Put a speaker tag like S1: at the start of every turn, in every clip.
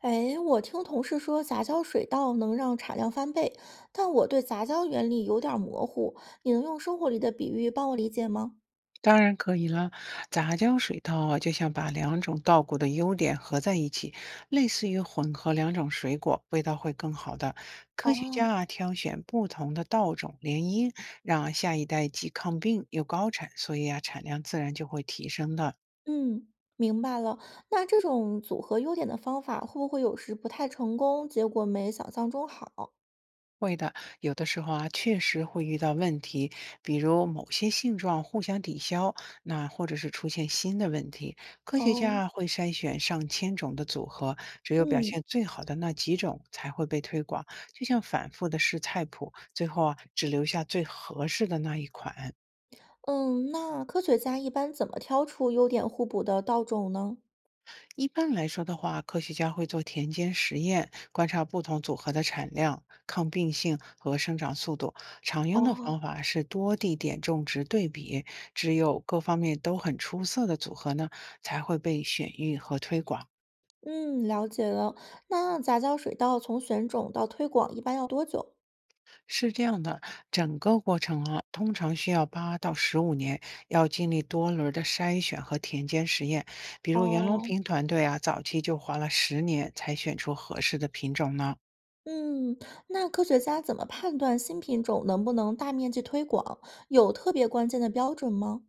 S1: 哎，我听同事说杂交水稻能让产量翻倍，但我对杂交原理有点儿模糊，你能用生活里的比喻帮我理解吗？
S2: 当然可以啦，杂交水稻啊，就像把两种稻谷的优点合在一起，类似于混合两种水果，味道会更好的。科学家
S1: 哦。
S2: 啊，挑选不同的稻种联姻，让下一代既抗病又高产，所以啊，产量自然就会提升的。
S1: 嗯，明白了。那这种组合优点的方法会不会有时不太成功，结果没想象中好？
S2: 会的，有的时候啊，确实会遇到问题，比如某些性状互相抵消，那或者是出现新的问题。科学家
S1: 哦。
S2: 啊会筛选上千种的组合，只有表
S1: 嗯
S2: 现最好的那几种才会被推广，就像反复的试菜谱，最后啊只留下最合适的那一款。
S1: 嗯，那科学家一般怎么挑出优点互补的稻种呢？
S2: 一般来说的话，科学家会做田间实验，观察不同组合的产量、抗病性和生长速度。常用的
S1: 哦。
S2: 方法是多地点种植对比，只有各方面都很出色的组合呢，才会被选育和推广。
S1: 嗯，了解了。那杂交水稻从选种到推广一般要多久？
S2: 是这样的，整个过程啊，通常需要8到15年，要经历多轮儿的筛选和田间实验。比如袁隆
S1: 哦。
S2: 平团队啊，早期就花了10年才选出合适的品种呢。
S1: 嗯，那科学家怎么判断新品种能不能大面积推广？有特别关键的标准吗？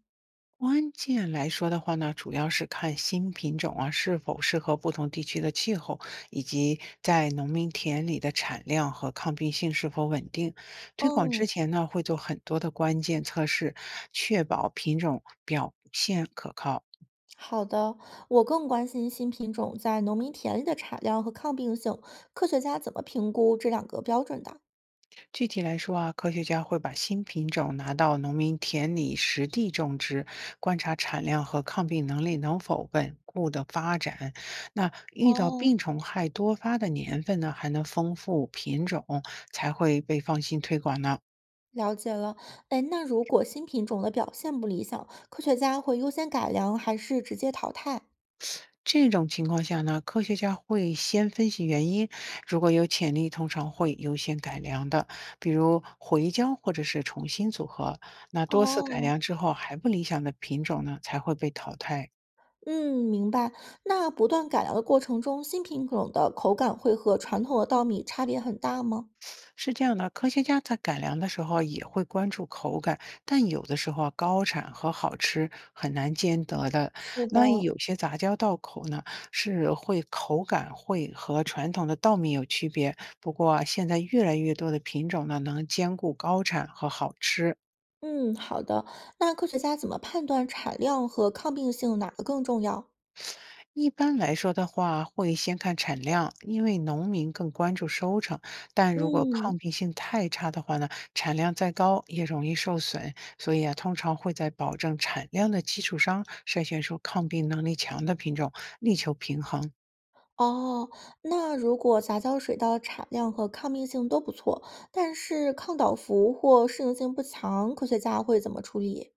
S2: 关键来说的话呢，主要是看新品种啊是否适合不同地区的气候，以及在农民田里的产量和抗病性是否稳定。推广之
S1: 嗯，
S2: 前呢，会做很多的关键测试，确保品种表现可靠。
S1: 好的，我更关心新品种在农民田里的产量和抗病性，科学家怎么评估这两个标准的？
S2: 具体来说啊，科学家会把新品种拿到农民田里实地种植，观察产量和抗病能力能否稳固的发展。那遇到
S1: 哦，
S2: 病虫害多发的年份呢，还能丰富品种，才会被放心推广呢。
S1: 了解了。哎，那如果新品种的表现不理想，科学家会优先改良还是直接淘汰？
S2: 这种情况下呢，科学家会先分析原因，如果有潜力，通常会优先改良的，比如回交或者是重新组合。那多次改
S1: 哦。
S2: 良之后还不理想的品种呢，才会被淘汰。
S1: 嗯，明白。那不断改良的过程中，新品种的口感会和传统的稻米差别很大吗？
S2: 是这样的，科学家在改良的时候也会关注口感，但有的时候啊高产和好吃很难兼得的。
S1: 是的，
S2: 那有些杂交稻口呢，是会口感会和传统的稻米有区别。不过啊现在越来越多的品种呢，能兼顾高产和好吃。
S1: 嗯，好的。那科学家怎么判断产量和抗病性哪个更重要？
S2: 一般来说的话，会先看产量，因为农民更关注收成。但如果
S1: 嗯。
S2: 抗病性太差的话呢，产量再高也容易受损。所以啊，通常会在保证产量的基础上，筛选出抗病能力强的品种，力求平衡。
S1: 哦，那如果杂交水稻产量和抗病性都不错，但是抗倒伏或适应性不强，科学家会怎么处理？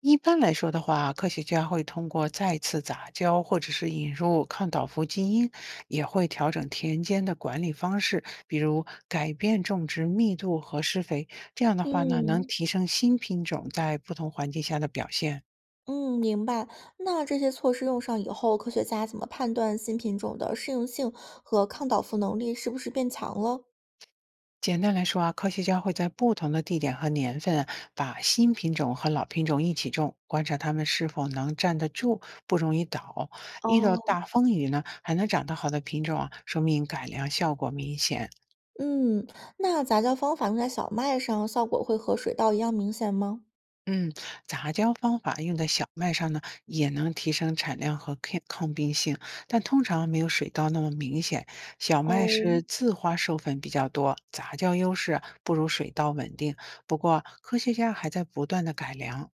S2: 一般来说的话，科学家会通过再次杂交或者是引入抗倒伏基因，也会调整田间的管理方式，比如改变种植密度和施肥。这样的话呢，能
S1: 嗯
S2: 提升新品种在不同环境下的表现。
S1: 嗯，明白。那这些措施用上以后，科学家怎么判断新品种的适应性和抗倒伏能力是不是变强了？
S2: 简单来说啊，科学家会在不同的地点和年份啊把新品种和老品种一起种，观察它们是否能站得住，不容易倒。遇到
S1: 哦。
S2: 大风雨呢，还能长得好的品种啊，说明改良效果明显。
S1: 嗯，那杂交方法用在小麦上，效果会和水稻一样明显吗？
S2: 嗯，杂交方法用在小麦上呢，也能提升产量和抗病性，但通常没有水稻那么明显。小麦是
S1: 哦。
S2: 自花授粉比较多，杂交优势啊不如水稻稳定。不过，科学家还在不断的改良。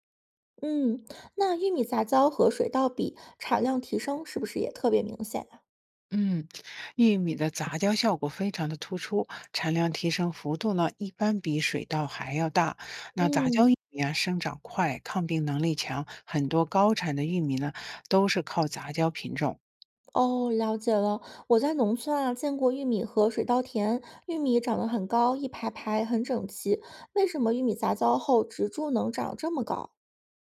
S1: 嗯，那玉米杂交和水稻比，产量提升是不是也特别明显呀？
S2: 嗯，玉米的杂交效果非常的突出，产量提升幅度呢，一般比水稻还要大。那杂交玉
S1: 嗯。
S2: 米啊，生长快，抗病能力强，很多高产的玉米呢，都是靠杂交品种。
S1: 哦，了解了。我在农村啊，见过玉米和水稻田，玉米长得很高，一排排很整齐。为什么玉米杂交后植株能长这么高？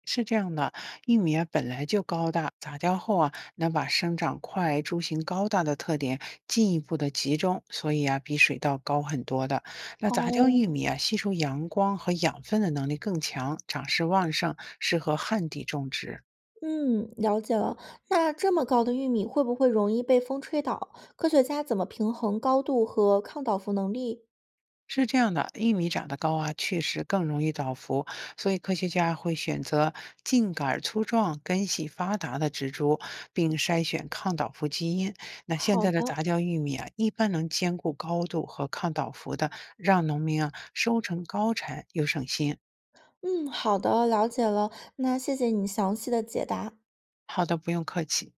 S2: 是这样的，玉米啊本来就高大，杂交后啊能把生长快、株型高大的特点进一步的集中，所以啊比水稻高很多的。那杂交
S1: 哦。
S2: 玉米啊吸收阳光和养分的能力更强，长势旺盛，适合旱地种植。
S1: 嗯，了解了。那这么高的玉米会不会容易被风吹倒？科学家怎么平衡高度和抗倒伏能力？
S2: 是这样的，玉米长得高啊，确实更容易倒伏，所以科学家会选择茎杆儿粗壮、根系发达的植株，并筛选抗倒伏基因。那现
S1: 好
S2: 在的
S1: 的，
S2: 杂交玉米啊，一般能兼顾高度和抗倒伏的，让农民啊收成高产又省心。
S1: 嗯，好的，了解了。那谢谢你详细的解答。
S2: 好的，不用客气。